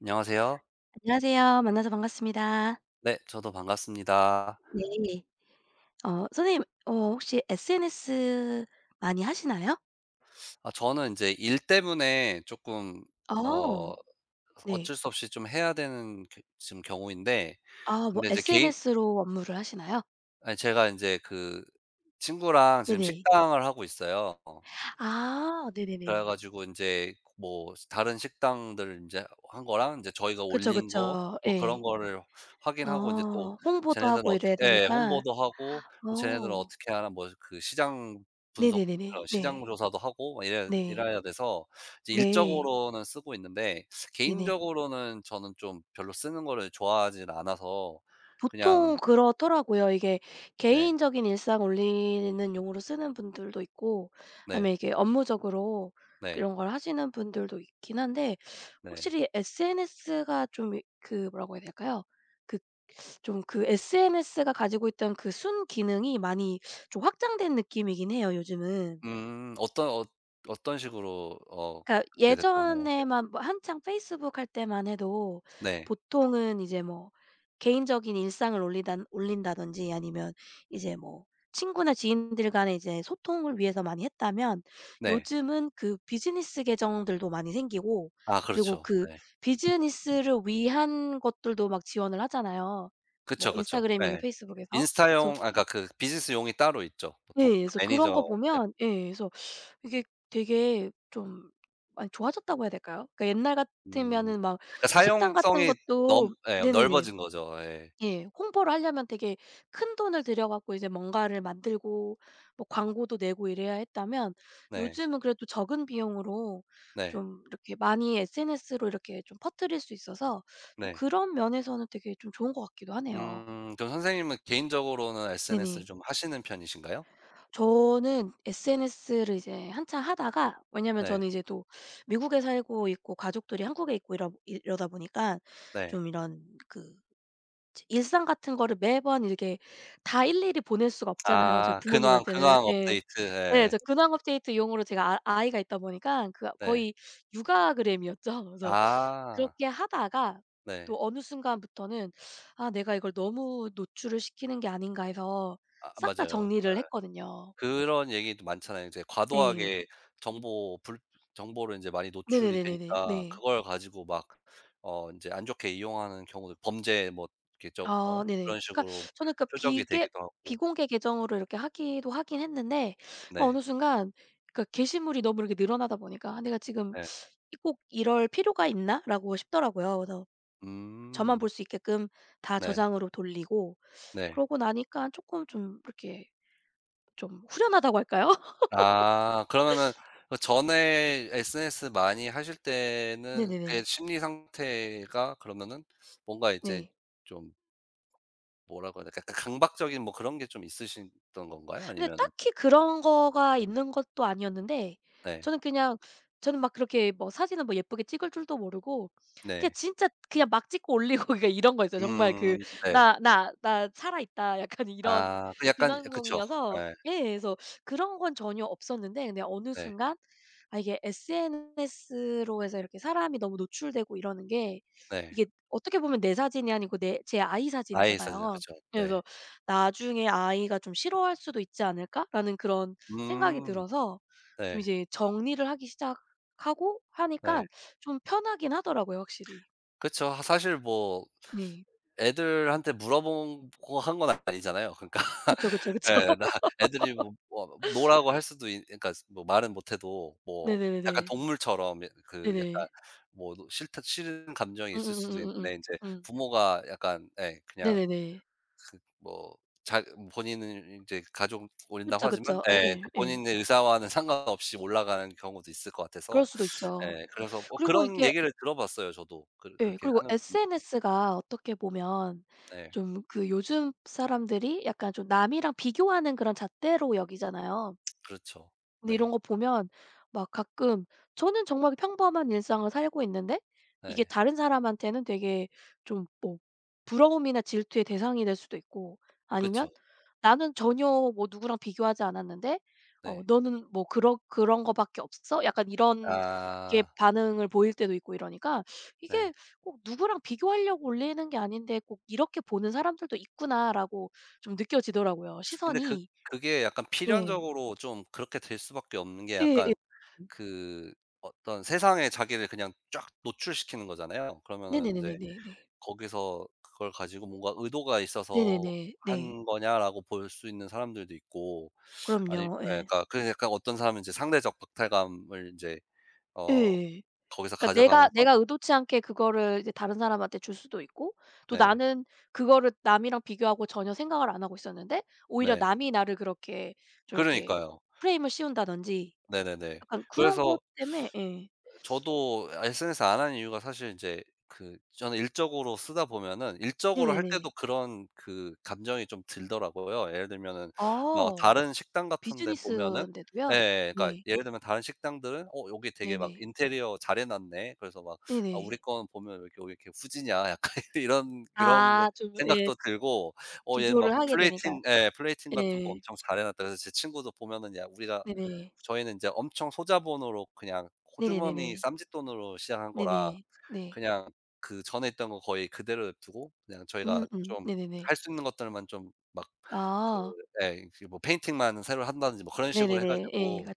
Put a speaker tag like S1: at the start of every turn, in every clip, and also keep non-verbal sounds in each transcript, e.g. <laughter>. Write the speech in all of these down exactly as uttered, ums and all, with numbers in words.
S1: 안녕하세요.
S2: 안녕하세요. 만나서 반갑습니다.
S1: 네, 저도 반갑습니다.
S2: 네. 어 선생님, 어 혹시 에스 엔 에스 많이 하시나요?
S1: 아, 저는 이제 일 때문에 조금 어
S2: 어. 네.
S1: 어쩔 수 없이 좀 해야 되는 그 지금 경우인데,
S2: 아, 뭐
S1: 근데 이제 개인,
S2: 에스 엔 에스로 업무를 하시나요?
S1: 아니 제가 이제 그 친구랑 지금
S2: 네네.
S1: 식당을 하고 있어요.
S2: 아,
S1: 그래
S2: 네네네.
S1: 가지고 이제 뭐 다른 식당들 이제 한 거랑 이제 저희가
S2: 그쵸,
S1: 올린 거,
S2: 그쵸.
S1: 뭐 그런
S2: 예.
S1: 거를 확인하고, 이제 또
S2: 어, 홍보도
S1: 쟤네들은
S2: 하고
S1: 어떻게,
S2: 이래야
S1: 예,
S2: 되니까.
S1: 홍보도 하고, 또 쟤네들은
S2: 어.
S1: 어떻게 하나, 뭐 그 시장 분석,
S2: 네네네네.
S1: 어, 시장
S2: 네.
S1: 조사도 하고 막 이래야
S2: 네.
S1: 이래야 돼서 이제
S2: 네.
S1: 일적으로는 쓰고 있는데,
S2: 네네.
S1: 개인적으로는 저는 좀 별로 쓰는 거를 좋아하진 않아서 그냥.
S2: 보통 그렇더라고요. 이게
S1: 네.
S2: 개인적인 일상 올리는 용으로 쓰는 분들도 있고, 아니면
S1: 네.
S2: 이게 업무적으로
S1: 네.
S2: 이런 걸 하시는 분들도 있긴 한데,
S1: 네.
S2: 확실히 에스 엔 에스가 좀, 그 뭐라고 해야 될까요? 그, 좀 그 에스 엔 에스가 가지고 있던 그 순기능이 많이 좀 확장된 느낌이긴 해요, 요즘은.
S1: 음, 어떤 어 어떤 식으로, 어
S2: 그러니까
S1: 그렇게 됐다고 생각하세요?
S2: 예전에만 뭐 한창 페이스북 할 때만 해도
S1: 네.
S2: 보통은 이제 뭐 개인적인 일상을 올리 올린다든지, 아니면 이제 뭐 친구나 지인들 간의 이제 소통을 위해서 많이 했다면,
S1: 네.
S2: 요즘은 그 비즈니스 계정들도 많이 생기고,
S1: 아,
S2: 그리고
S1: 그렇죠.
S2: 그
S1: 네.
S2: 비즈니스를 위한 것들도 막 지원을 하잖아요,
S1: 그쵸,
S2: 뭐
S1: 그쵸.
S2: 인스타그램이나
S1: 예.
S2: 페이스북에서.
S1: 인스타용,
S2: 그래서
S1: 아 그러니까 그 비즈니스용이 따로 있죠,
S2: 예.
S1: 보통.
S2: 그래서
S1: 그
S2: 그런
S1: 매니저
S2: 거
S1: 앱.
S2: 보면, 예, 그래서 이게 되게 좀 많이 좋아졌다고 해야 될까요? 그러니까 옛날
S1: 음,
S2: 같으면은 막
S1: 그러니까
S2: 식당 같은
S1: 사용성이 넘,
S2: 것도,
S1: 예,
S2: 네네네,
S1: 넓어진 거죠. 예.
S2: 예, 홍보를 하려면 되게 큰돈을 들여 갖고 이제 뭔가를 만들고 뭐 광고도 내고 이래야 했다면,
S1: 네.
S2: 요즘은 그래도 적은 비용으로
S1: 네.
S2: 좀 이렇게 많이 에스 엔 에스로 이렇게 좀 퍼뜨릴 수 있어서, 좀
S1: 네.
S2: 그런 면에서는 되게 좀 좋은 것 같기도 하네요.
S1: 음, 그럼 선생님은 개인적으로는 에스엔에스를
S2: 네네.
S1: 좀 하시는 편이신가요?
S2: 저는 에스 엔 에스를 이제 한참 하다가, 왜냐면
S1: 네.
S2: 저는 이제 또 미국에 살고 있고 가족들이 한국에 있고 이러 이러다 보니까,
S1: 네.
S2: 좀 이런 그 일상 같은 거를 매번 이렇게 다 일일이 보낼 수가 없잖아요, 저희
S1: 아, 근황,
S2: 부모님한테는.
S1: 근황
S2: 예.
S1: 업데이트.
S2: 예.
S1: 예.
S2: 저 근황 업데이트용으로 제가, 아 아이가 있다 보니까 그
S1: 네.
S2: 거의 육아그램이었죠. <laughs> 그래서
S1: 아.
S2: 그렇게 하다가
S1: 네.
S2: 또 어느 순간부터는 '아, 내가 이걸 너무 노출을 시키는 게 아닌가.' 해서
S1: 아,
S2: 싹 다
S1: 맞아요.
S2: 정리를 했거든요.
S1: 그런 얘기도 많잖아요. 이제
S2: 예.
S1: 과도하게 정보, 불 정보를 인제 많이 노출이
S2: 네네네네네.
S1: 되니까
S2: 네.
S1: 그걸 가지고 막 어 인제 안 좋게 이용하는 경우도, 범죄, 뭐 이렇게, 저, 어
S2: 아, 네네.
S1: 그런
S2: 그러니까
S1: 식으로
S2: 저는, 그러니까
S1: 표적이
S2: 비계
S1: 되기도 하고.
S2: 비공개 계정으로 이렇게 하기도 하긴 했는데, 어
S1: 네.
S2: 어느 순간 그러니까 게시물이 너무 이렇게 늘어나다 보니까 '아, 내가 지금
S1: 네.
S2: 이 꼭 이럴 필요가 있나?'라고 싶더라고요. 그래서 저만
S1: 음.
S2: 볼 수 있게끔 다
S1: 네.
S2: 저장으로 돌리고,
S1: 네.
S2: 그러고 나니까 쪼끔 좀 이렇게 좀 후련하다고 할까요? <laughs>
S1: 아, 그러면은 그전에 에스엔에스 많이 하실 때는 그게
S2: 네네네.
S1: 심리 상태가, 그러면은 뭔가 이제
S2: 네.
S1: 좀, 뭐라고 해야 될까? 약간 강박적인 뭐 그런 게 좀 있으셨던 건가요,
S2: 근데
S1: 아니면은?
S2: 딱히 그런 거가 있는 것도 아니었는데,
S1: 네.
S2: 저는 그냥, 저는 막 그렇게 뭐 사진을 뭐 예쁘게 찍을 줄도 모르고 그냥
S1: 네.
S2: 진짜 그냥 막 찍고 올리고 <laughs> 그러니까 이런 거였어요. 정말 그
S1: 음. 네.
S2: '나 나 나 살아있다.' 약간 이런
S1: 아, 그 약간, 그쵸.
S2: 근황용이어서,
S1: 예.
S2: 예 그래서 그런 건 전혀 없었는데, 근데 어느
S1: 네.
S2: 순간 아 이게 에스 엔 에스로 해서 이렇게 사람이 너무 노출되고 이러는 게,
S1: 네.
S2: 이게 어떻게 보면 내 사진이 아니고 내, 제 아이
S1: 아이 사진,
S2: 사진이잖아요.
S1: 그쵸. 네.
S2: 그래서 '나중에 아이가 좀 싫어할 수도 있지 않을까?'라는 그런 생각이
S1: 음.
S2: 들어서 좀
S1: 네.
S2: 이제 정리를 하기 시작하고 하니
S1: 네.
S2: 까 좀 편하긴 하더라고요, 확실히.
S1: 그쵸. 하, 사실 뭐
S2: 네.
S1: 애들한테 물어보고 한 건 아니잖아요, 그러니까.
S2: 그쵸,
S1: <laughs>
S2: 그쵸, 그쵸.
S1: 예. 나
S2: <laughs>
S1: 애들이 뭐, 뭐 노라고 할 수도 있, 그러니까 뭐 말은 못 해도, 뭐
S2: 네네네네.
S1: 약간 동물처럼, 예, 그 약간
S2: 네네.
S1: 뭐 싫다 싫은 감정이 있을 수도 있는데,
S2: 음음음음음음.
S1: 인제
S2: 음.
S1: 부모가 약간, 예, 그냥,
S2: 네네네.
S1: 뭐, 자, 본인은 이제 가족 올린다고
S2: 그쵸,
S1: 하지만,
S2: 그쵸.
S1: 예, 그
S2: 예예, 예.
S1: 본인의 의사와는 상관없이 올라가는 경우도 있을 것
S2: 그럴
S1: 같아서.
S2: 수도 있죠.
S1: 예, 그래서 뭐
S2: 그리고
S1: 그런
S2: 이게,
S1: 얘기를 들어봤어요, 저도. 그,
S2: 예,
S1: 그렇게
S2: 그리고
S1: 하는 <unintelligible>
S2: 에스 엔 에스가 어떻게 보면
S1: 네.
S2: 좀, 그 요즘 사람들이 약간 좀 남이랑 비교하는 그런 잣대로 여기잖아요.
S1: 그렇죠.
S2: 근데
S1: 네.
S2: 이런 거 보면 막 가끔, 저는 정말 평범한 일상을 살고 있는데 이게
S1: 네.
S2: 다른 사람한테는 되게 좀 뭐 부러움이나 질투의 대상이 될 수도 있고, 아니면
S1: 그쵸.
S2: 나는 전혀 뭐 누구랑 비교하지 않았는데 어
S1: 네.
S2: "너는 뭐 그런 그런 거밖에 없어?" 약간 이런 게
S1: 아,
S2: 반응을 보일 때도 있고 이러니까,
S1: 네.
S2: 이게 꼭 '누구랑 비교하려고 올리는 게 아닌데 꼭 이렇게 보는 사람들도 있구나.'라고 좀 느껴지더라고요,
S1: 근데 그,
S2: 시선이.
S1: 그게 약간
S2: 네.
S1: 필연적으로 좀 그렇게 될 수밖에 없는 게,
S2: 예예.
S1: 약간 그 어떤 세상에 자기를 그냥 쫙 노출시키는 거잖아요. 그러면은 인제
S2: 네네네네네네.
S1: 거기서 그걸 가지고 뭔가 의도가 있어서
S2: 네네네. 네.
S1: 한 거냐라고 볼 수 있는 사람들도 있고, 아니 예
S2: 그럼요. 예.
S1: 그러니까, 그래서 약간 어떤 사람은 이제 상대적 박탈감을 인제, 어
S2: 예.
S1: 거기서
S2: 그러니까 내가,
S1: 가져가면서.
S2: 내가 의도치 않게 그거를 이제 다른 사람한테 줄 수도 있고, 또
S1: 네.
S2: 나는 그거를 남이랑 비교하고 전혀 생각을 안 하고 있었는데 오히려
S1: 네.
S2: 남이 나를 그렇게 좀 이렇게
S1: 그러니까요.
S2: 프레임을 씌운다든지,
S1: 네네네.
S2: 약간 그런
S1: 그래서
S2: 것 때문에. 예.
S1: 저도 에스엔에스 안 하는 이유가, 사실 이제 그, 저는 일적으로 쓰다 보면은, 일적으로 할
S2: 네네네.
S1: 때도 그런 그 감정이 좀 들더라고요. 예를 들면은 뭐
S2: 아,
S1: 다른 식당 같은 데 보면은, 예,
S2: 비즈니스인데도요?
S1: 예, 예. 그러니까
S2: 네.
S1: 예를 들면 다른 식당들은 '어 여기 되게 막
S2: 네네.
S1: 인테리어 잘해 놨네.' 그래서 막 '아 우리
S2: 네네.
S1: 거 보면 왜 이렇게 왜 이렇게 후지냐.' 약간 <laughs> 이런 이런
S2: 아, 좀 예.
S1: 생각도 들고, '어 얘는 막
S2: 비교를 하게 되니까.
S1: 플레이팅', 예, '플레이팅 같은 거
S2: 예.
S1: 엄청 잘해 놨다.' 그래서 제 친구도 보면은 "야 우리가
S2: 네네.
S1: 저희는 이제 엄청 소자본으로 그냥
S2: 네네네네.
S1: 호주머니 쌈짓돈으로 시작한 거라
S2: 네네. 네.
S1: 그냥 그전에 있던 거 거의 그대로 냅 두고 그냥 저희가
S2: 음음.
S1: 좀
S2: 네네네.
S1: 할 수 있는 것들만 좀 막, 그,
S2: 아.
S1: 예, 그 뭐 페인팅만 새로 한다든지 뭐 그런 식으로 해
S2: 네네네. 예.
S1: 가지고.
S2: 그러니까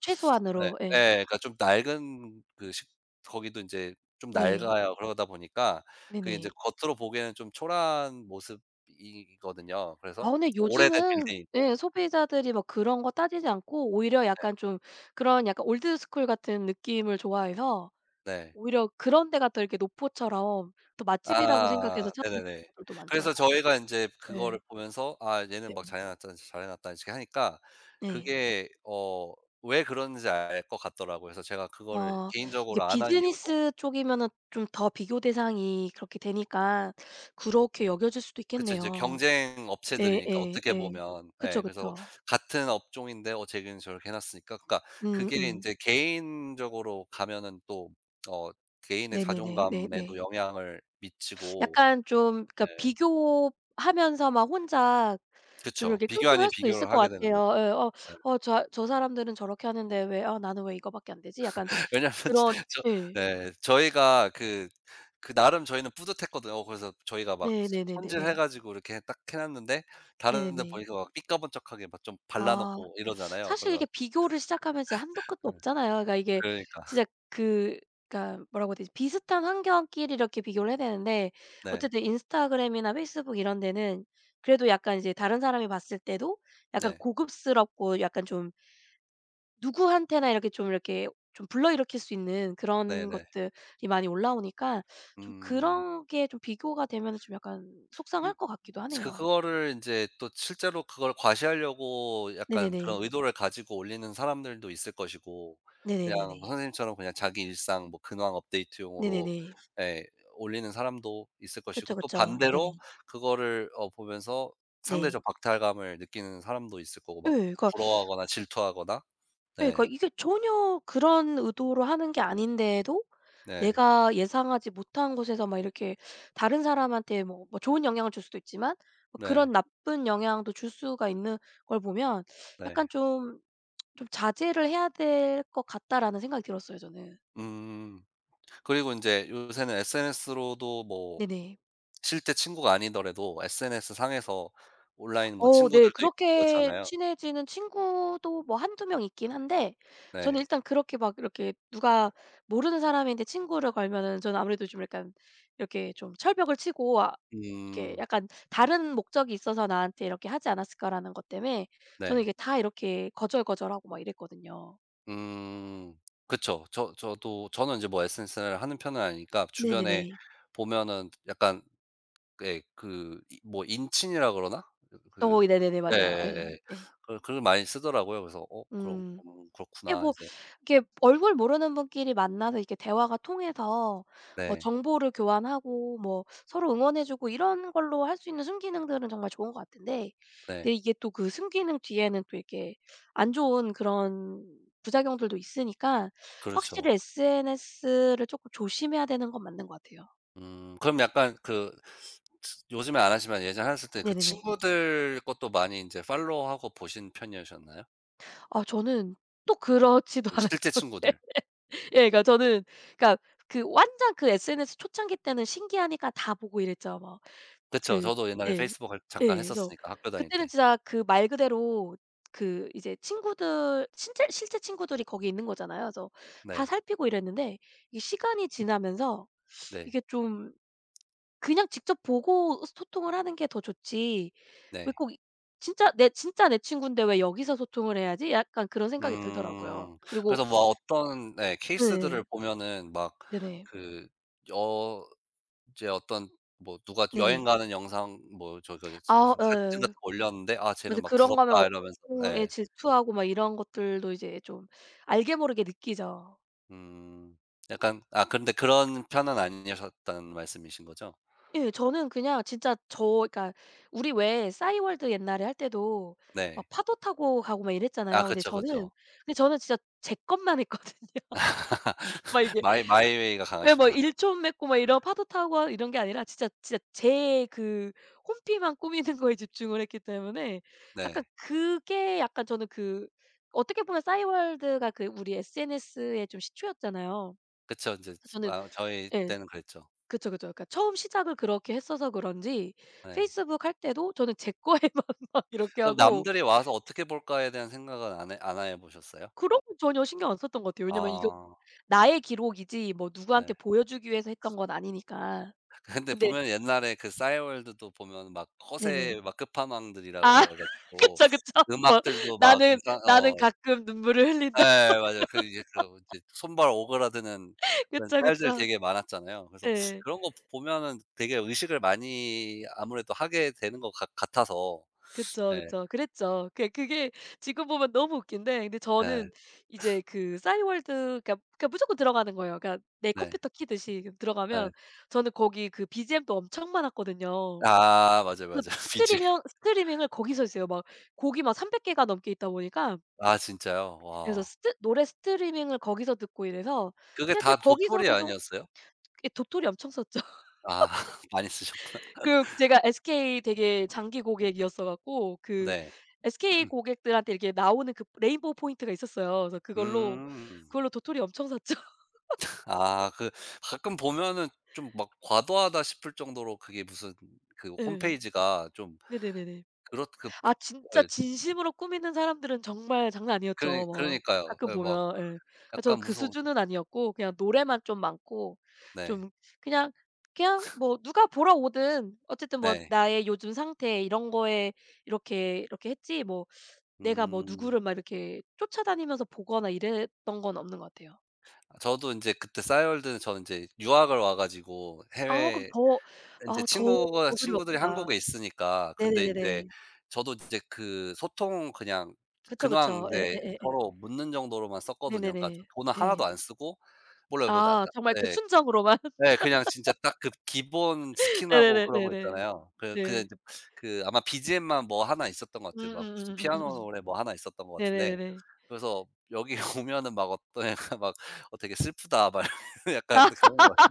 S1: 예.
S2: 최소한으로. 예.
S1: 예 그러니까 좀 낡은 그, 식, 거기도 인제 좀
S2: 네.
S1: 낡아요. 그러다 보니까 그게 인제
S2: 네네.
S1: 겉으로 보기에는 좀 초라한 모습이거든요. 그래서
S2: 아, 근데
S1: 오래된
S2: 요즘은,
S1: 빌딩이고.
S2: 예, 소비자들이 막 그런 거 따지지 않고 오히려 약간 좀 그런 약간 올드스쿨 같은 느낌을 좋아해서
S1: 네.
S2: 오히려 그런 데가 더 이렇게 노포처럼 더 맛집이라고 생각해서
S1: 아,
S2: 찾는
S1: 네네네.
S2: 분들도 많죠.
S1: 그래서 저희가 인제 그거를
S2: 예.
S1: 보면서 '아 얘는
S2: 네.
S1: 막 잘해 놨다. 잘해 놨다.' 이렇게 하니까
S2: 네.
S1: 그게, 어 왜 그러는지 알 것 같더라고요. 그래서 제가 그거를
S2: 어, 이게
S1: 개인적으로 안 한 이유도.
S2: 비즈니스 쪽이면은 좀 더 비교 대상이 그렇게 되니까 그렇게 여겨질 수도
S1: 그쵸. 이제
S2: 있겠네요.
S1: 경쟁
S2: 네,
S1: 업체들이니까
S2: 예,
S1: 어떻게
S2: 예.
S1: 보면. 예.
S2: 그쵸,
S1: 그래서
S2: 그쵸.
S1: 같은 업종인데, 어 쟤는 저렇게 해 놨으니까. 그러니까 그게
S2: 음음.
S1: 인제 개인적으로 가면은 또, 어 개인의
S2: 네네네
S1: 자존감에도
S2: 네네.
S1: 영향을 미치고.
S2: 약간 좀, 그러니까
S1: 예.
S2: 비교하면서 막 혼자 좀
S1: 그쵸.
S2: 이렇게
S1: 비교 아닌
S2: 끙끙할 수도 있을
S1: 비교를
S2: 것
S1: 하게 되는
S2: 같아요.
S1: 거죠.
S2: 예. '어
S1: 예.
S2: 어 저 저 사람들은 저렇게 하는데 왜, 아 나는 왜 이거밖에 안 되지?' 약간
S1: 왜냐면
S2: 그런.
S1: <laughs> 저,
S2: 예.
S1: 네. 저희가 그, 그 나름 저희는 뿌듯했거든요. 어 그래서 저희가 막 손
S2: 네네네네네.
S1: 손질해 가지고 이렇게 딱 해 놨는데, 다른 데
S2: 네네네.
S1: 보니까 막 삐까번쩍하게 막 좀 발라
S2: 아.
S1: 놓고 이러잖아요.
S2: 사실
S1: 그러면.
S2: 이게 비교를 시작하면 진짜 한도 끝도
S1: 네.
S2: 없잖아요. 그러니까 이게
S1: 그러니까.
S2: 진짜 그, 그러니까 뭐라고 해야 되지? 비슷한 환경끼리 이렇게 비교를 해야 되는데,
S1: 네.
S2: 어쨌든 인스타그램이나 페이스북 이런 데는 그래도 약간 이제 다른 사람이 봤을 때도 약간
S1: 네.
S2: 고급스럽고 약간 좀 누구한테나 이렇게 좀 이렇게 좀 불러일으킬 수 있는 그런
S1: 네네.
S2: 것들이 많이 올라오니까, 좀
S1: 음.
S2: 그런 게 좀 비교가 되면은 좀 약간 속상할 것 같기도
S1: 그,
S2: 하네요.
S1: 그거를 이제 또 실제로 그걸 과시하려고 약간
S2: 네네네.
S1: 그런 의도를 가지고 올리는 사람들도 있을 것이고,
S2: 네네네네.
S1: 그냥 뭐 선생님처럼 그냥 자기 일상 뭐 근황 업데이트용으로,
S2: 네네네.
S1: 예, 올리는 사람도 있을 것이고,
S2: 그쵸,
S1: 또
S2: 그쵸.
S1: 반대로
S2: 네네.
S1: 그거를 어 보면서
S2: 네.
S1: 상대적 박탈감을 느끼는 사람도 있을 거고
S2: 예.
S1: 막
S2: 그러니까,
S1: 부러워하거나 질투하거나.
S2: 예,
S1: 네.
S2: 그러니까 이게 전혀 그런 의도로 하는 게 아닌데도
S1: 네.
S2: 내가 예상하지 못한 곳에서 막 이렇게 다른 사람한테 뭐, 뭐 좋은 영향을 줄 수도 있지만 뭐
S1: 네.
S2: 그런 나쁜 영향도 줄 수가 있는 걸 보면 약간
S1: 네.
S2: 좀, 좀 '자제를 해야 될 것 같다.'라는 생각이 들었어요, 저는.
S1: 음. 그리고 이제 요새는 에스엔에스로도 뭐
S2: 네네.
S1: 실제 친구가 아니더라도 에스엔에스 상에서 온라인 뭐
S2: 어, 네.
S1: 친구들도 있고
S2: 그렇게
S1: 그렇잖아요.
S2: 친해지는 친구도 뭐 한두 명 있긴 한데, 저는
S1: 네.
S2: 일단 그렇게 막 이렇게 누가 모르는 사람인데 친구를 걸면은 저는 아무래도 좀 약간 이렇게 좀 철벽을 치고, 아 이렇게
S1: 음.
S2: 약간 '다른 목적이 있어서 나한테 이렇게 하지 않았을까.'라는 것 때문에 저는
S1: 네.
S2: 이게 다 이렇게 거절거절하고 막 이랬거든요.
S1: 음. 그쵸. 저, 저도 저는 이제 뭐 에스엔에스를 하는 편은 아니니까,
S2: 네네네.
S1: 주변에 보면은 약간, 예, 그, 이 뭐 인친이라 그러나? 그
S2: 어
S1: 그
S2: 네네네. 맞아요. 예.
S1: 예예예.
S2: 예.
S1: 그 글을 많이 쓰더라고요. 그래서 '어 그럼,
S2: 음.
S1: 음
S2: 이게
S1: 그렇구나.'
S2: 뭐
S1: 인제.
S2: 이렇게 얼굴 모르는 분끼리 만나서 이렇게 대화가 통해서 뭐
S1: 네.
S2: 정보를 교환하고 뭐 서로 응원해 주고 이런 걸로 할 수 있는 순기능들은 정말 좋은 것 같은데, 근데
S1: 네.
S2: 이게 또 그 순기능 뒤에는 또 이렇게 안 좋은 그런 부작용들도 있으니까
S1: 그렇죠.
S2: 확실히 에스 엔 에스를 조금 조심해야 되는 건 맞는 것 같아요.
S1: 음, 그럼 약간 그, 요즘에 안 하시지만 예전에 하셨을 때 그
S2: 네네네.
S1: 친구들 것도 많이 이제 팔로우하고 보신 편이셨나요?
S2: 아 저는 또 그렇지도
S1: 그,
S2: <laughs>
S1: 실제
S2: 않았던 게,
S1: 친구들.
S2: 예 그러니까 저는, 그러니까 그 완전 그 에스 엔 에스 초창기 때는 신기하니까 다 보고 이랬죠, 뭐.
S1: 그쵸,
S2: 그,
S1: 저도 옛날에
S2: 예.
S1: 페이스북 할 잠깐
S2: 예. 그래서
S1: 했었으니까, 학교 다닐
S2: 그때는
S1: 때.
S2: 진짜 그 말 그대로 그 이제 친구들 신체 실제 친구들이 거기 있는 거잖아요. 그래서 다
S1: 네.
S2: 살피고 이랬는데 이 시간이 지나면서
S1: 네.
S2: 이게 좀 그냥 직접 보고 소통을 하는 게 더 좋지 왜
S1: 네.
S2: 꼭 이 '진짜 내 진짜 내 친군데 왜 여기서 소통을 해야지?' 약간 그런 생각이 들더라고요.
S1: 음.
S2: 그리고
S1: 그래서 뭐 어떤, 네,
S2: 네.
S1: 케이스들을 보면은 막
S2: 네네.
S1: 그, 여 이제 어떤, 뭐 누가 여행
S2: 네네.
S1: 가는 영상, 뭐 저기서
S2: 아
S1: 사진 같은 거
S2: 예예.
S1: 올렸는데 '아 쟤는
S2: 맞아.
S1: 막
S2: 그런 거면 업
S1: 부럽다.' 이러면서.
S2: 종에
S1: 예.
S2: 질투하고 막 이런 것들도 이제 좀 알게 모르게 느끼죠.
S1: 음. 약간, 아 근데 그런 편은 아니셨다는 말씀이신 거죠?
S2: 예. 저는 그냥 진짜 저, 그러니까 우리 왜 싸이월드 옛날에 할 때도 막
S1: 네.
S2: 파도 타고 가고 막
S1: 아,
S2: 이랬잖아요. 근데
S1: 그쵸, 그쵸.
S2: 저는 근데 저는 진짜 제 것만 했거든요. <laughs> 막
S1: <laughs>
S2: 이게,
S1: 마이 마이웨이가
S2: 예 뭐
S1: 강하시구나. <laughs>
S2: 일촌 맺고 막 이런 파도 타고 이런 게 아니라 진짜 진짜 제 그 홈피만 꾸미는 거에 집중을 했기 때문에 약간
S1: 네.
S2: 그게 약간 저는 그, 어떻게 보면 싸이월드가 그 우리 에스 엔 에스의 좀 시초였잖아요.
S1: 그쵸. 인제,
S2: 저는
S1: 아 저희
S2: 예.
S1: 때는 그랬죠.
S2: 그쵸, 그쵸. 그러니까 처음 시작을 그렇게 했어서 그런지
S1: 네.
S2: 페이스북 할 때도 저는 제 거에만 <laughs> 막 이렇게
S1: 그럼
S2: 하고.
S1: '남들이 와서 어떻게 볼까.'에 대한 생각은, 안 해 안 해 보셨어요?
S2: 그런 건 전혀 신경 안 썼던 것 같아요. 왜냐면 이거
S1: 아,
S2: 나의 기록이지 뭐 누구한테
S1: 네.
S2: 보여주기 위해서 했던 건 아니니까.
S1: <laughs> 근데
S2: 근데
S1: 보면 옛날에 그 싸이월드도 보면 막
S2: 네네.
S1: 허세 막 끝판왕들이라
S2: 아
S1: 그래
S2: <laughs>
S1: 가지고
S2: 그쵸, 그쵸. 뭐
S1: 음악들도 막,
S2: "나는
S1: 이상, 어
S2: 나는 가끔 눈물을
S1: 예,
S2: 흘린다."
S1: 맞아요. 그 이제, 그 이제 손발 오그라드는
S2: <laughs>
S1: 그런
S2: 그쵸,
S1: 짤들
S2: 그쵸.
S1: 되게 많았잖아요. 그래서
S2: 예.
S1: 그런 거 보면은 되게 의식을 많이 아무래도 하게 되는 것 같 같아서.
S2: 그쵸,
S1: 예.
S2: 그쵸. 그랬죠. 그게 그게 지금 보면 너무 웃긴데, 근데
S1: 예.
S2: 저는 이제 그 싸이월드, 그러니까 그러니까 무조건 들어가는 거예요. 그러니까 내
S1: 네.
S2: 컴퓨터 키듯이
S1: 예.
S2: 들어가면, 저는 거기 그 비 지 엠도 엄청 많았거든요.
S1: 아, 맞아요,
S2: 그
S1: 맞아요. <laughs> 비지엠.
S2: 스트리밍 스트리밍을 거기서 했어요. 막 곡이 막 삼백 개가 넘게 있다 보니까
S1: 아, 진짜요?
S2: 그래서
S1: 와.
S2: 스트 노래 스트리밍을 거기서 듣고 이래서
S1: 그게
S2: 그냥,
S1: 다
S2: 그냥 거기서
S1: 도토리
S2: 계속
S1: 아니었어요?
S2: 이 도토리 엄청 썼죠.
S1: 아. <laughs> 많이 쓰셨구나.
S2: 그 제가 에스 케이 되게 장기 고객이었어 갖고 그
S1: 네.
S2: 에스 케이
S1: <clears throat>
S2: 고객들한테 이렇게 나오는 그 레인보우 포인트가 있었어요. 그래서 그걸로,
S1: 음.
S2: 그걸로 도토리 엄청 샀죠. <laughs>
S1: 아, 그, 가끔 보면은 좀 막 과도하다 싶을 정도로, 그게 무슨 그
S2: 예.
S1: 홈페이지가 좀,
S2: 네네네네.
S1: 그렇 그
S2: 아 진짜
S1: 예
S2: 진심으로 꾸미는 사람들은 정말 장난
S1: 그러니,
S2: 아니었죠. 막
S1: 그러니까요.
S2: 가끔
S1: 예 막
S2: 보면, 예. 아 저는
S1: 약간
S2: 그
S1: 무서운.
S2: 수준은 아니었고 그냥 노래만 좀 많고
S1: 네.
S2: 좀 그냥, 그냥 뭐 누가 보러 오든 어쨌든 뭐
S1: 네.
S2: 나의 요즘 상태 이런 거에 이렇게, 이렇게 했지 뭐 내가 뭐
S1: 음.
S2: 누구를 막 이렇게 쫓아다니면서 보거나 이랬던 건 없는 것 같아요.
S1: 저도 인제 그때 싸이월드는, 저는 인제 유학을 와 가지고
S2: 아 그럼
S1: 해외
S2: 더,
S1: 인제
S2: 아 더
S1: 친구가
S2: 더
S1: 친구들이
S2: 그리웠겠다.
S1: 한국에 있으니까, 근데 인제
S2: 네네네네.
S1: 저도 인제 그, 소통 그냥
S2: 그쵸,
S1: 근황
S2: 그쵸.
S1: 이제
S2: 예예예예.
S1: 서로 묻는 정도로만 썼거든요. 그러니까 저,
S2: 네네네.
S1: 돈은 하나도
S2: 네.
S1: 안 쓰고 몰라요. 뭐 나, 나
S2: 아 정말 그
S1: 예.
S2: 순정으로만.
S1: 네. 그냥 진짜 딱 그 기본
S2: <laughs>
S1: 스킨하고
S2: 네네네
S1: 그런 거
S2: 네네.
S1: 있잖아요. 그, 그냥
S2: 네.
S1: 인제 그 아마 비지엠만 뭐 하나 있었던 것 같아요. 막 무슨 피아노
S2: 음음음음음음.
S1: 노래 뭐 하나 있었던 것 같은데,
S2: 네네네네.
S1: 그래서 여기 <laughs> 오면은 막 어떤 애가 막 "어 되게 슬프다." 막 이러면서 <laughs> 약간 그런 거 같아요.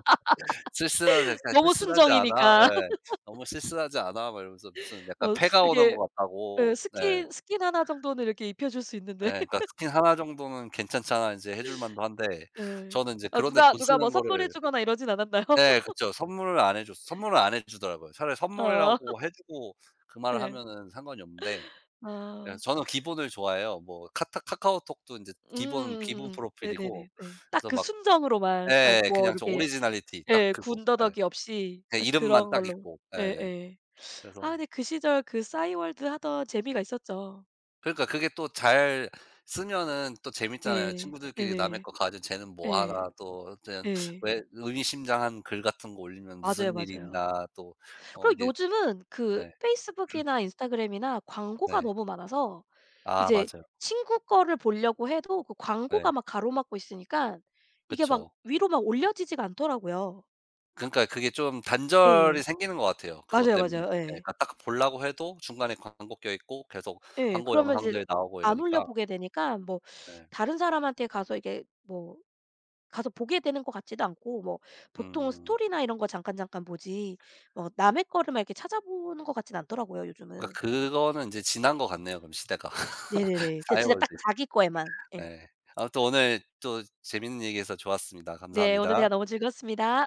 S1: "쓸쓸하지, 그냥
S2: 너무
S1: 쓸쓸하지 않아?"
S2: 순정이니까
S1: 예.
S2: <laughs>
S1: "너무 쓸쓸하지 않아?" 막 이러면서 무슨 약간
S2: 뭐
S1: 패가 오는
S2: 이렇게
S1: 것
S2: 예
S1: 같다고. 네.
S2: 스킨 스킨 하나 정도는 이렇게 입혀 줄 수
S1: 예.
S2: 있는데.
S1: 그러니까
S2: <laughs>
S1: "스킨 하나 정도는 괜찮잖아." 인제 해줄 만도 한데,
S2: 예.
S1: 저는 인제
S2: 아
S1: 그런 데
S2: 누가
S1: 돈
S2: 누가 뭐
S1: 쓰는
S2: 선물해
S1: 거를.
S2: 주거나 이러진 않았나요?
S1: 네
S2: <laughs>
S1: 그쵸. 선물을 안 해 줬 선물을 안 해 주더라고요. 차라리
S2: 아.
S1: 선물이라고 해 주고 그 말을
S2: 예.
S1: 하면은 상관이 없는데. 예.
S2: 아.
S1: 저는 기본을 좋아해요. 뭐 카타 카카오톡도 인제 기본 기본
S2: 음음음음음. 네네네
S1: 프로필이고,
S2: 네. 딱
S1: 그래서
S2: 그
S1: 막,
S2: 순정으로만
S1: 예,
S2: 딱 뭐
S1: 그냥 저
S2: 이렇게
S1: 오리지널리티 딱
S2: 예
S1: 그거. 예.
S2: 군더더기 없이
S1: 그냥
S2: 딱
S1: 이름만
S2: 그런
S1: 딱
S2: 걸로.
S1: 있고. 예.
S2: 예예. 아
S1: 그래서
S2: 근데 그 시절 그 싸이월드 하던 재미가 있었죠.
S1: 그러니까 그게 또 잘 쓰면은 또 재밌잖아요.
S2: 네.
S1: 친구들끼리 남의
S2: 네네.
S1: 거 가지고 쟤는 뭐
S2: 예.
S1: 하나 또 어쨌든,
S2: 예.
S1: 왜 의미심장한 글 같은 거 올리면
S2: 맞아요,
S1: 무슨 일이
S2: 맞아요.
S1: 있나. 또, 어
S2: 그리고
S1: 이제.
S2: 요즘은 그
S1: 예. <clears throat>
S2: 페이스북이나 인스타그램이나 광고가
S1: 네.
S2: 너무 많아서
S1: 아,
S2: 이제
S1: 맞아요.
S2: 친구 거를 보려고 해도 그
S1: 네.
S2: 광고가 막 가로막고 있으니까 이게 막
S1: 그쵸.
S2: 위로 막 올려지지가 않더라고요.
S1: 그러니까 그게 좀
S2: 예.
S1: 단절이 생기는 것 같아요, 그것
S2: 맞아요,
S1: 때문에.
S2: 맞아요.
S1: 예.
S2: 예.
S1: 그러니까 딱 보려고 해도 중간에 광고 껴 있고 계속
S2: 예.
S1: 광고
S2: 그러면 이제
S1: 영상들 나오고
S2: 안
S1: 이러니까.
S2: 올려보게 되니까 뭐
S1: 네.
S2: 다른 사람한테 가서 이게 뭐 가서 보게 되는 것 같지도 않고 뭐 보통
S1: 음.
S2: 스토리나 이런 거 잠깐잠깐 보지 뭐 남의 거를 막 이렇게 찾아보는 것 같진 않더라고요, 요즘은.
S1: 그러니까 그거는 인제 지난 것 같네요, 그럼 시대가.
S2: 네네네.
S1: <laughs>
S2: 그냥 진짜
S1: 사회월드.
S2: 딱 자기 거에만. 예.
S1: 네. 아무튼 오늘 또 재밌는 얘기해서 좋았습니다.
S2: 네. 오늘
S1: 감사합니다.
S2: 대화 너무 즐거웠습니다.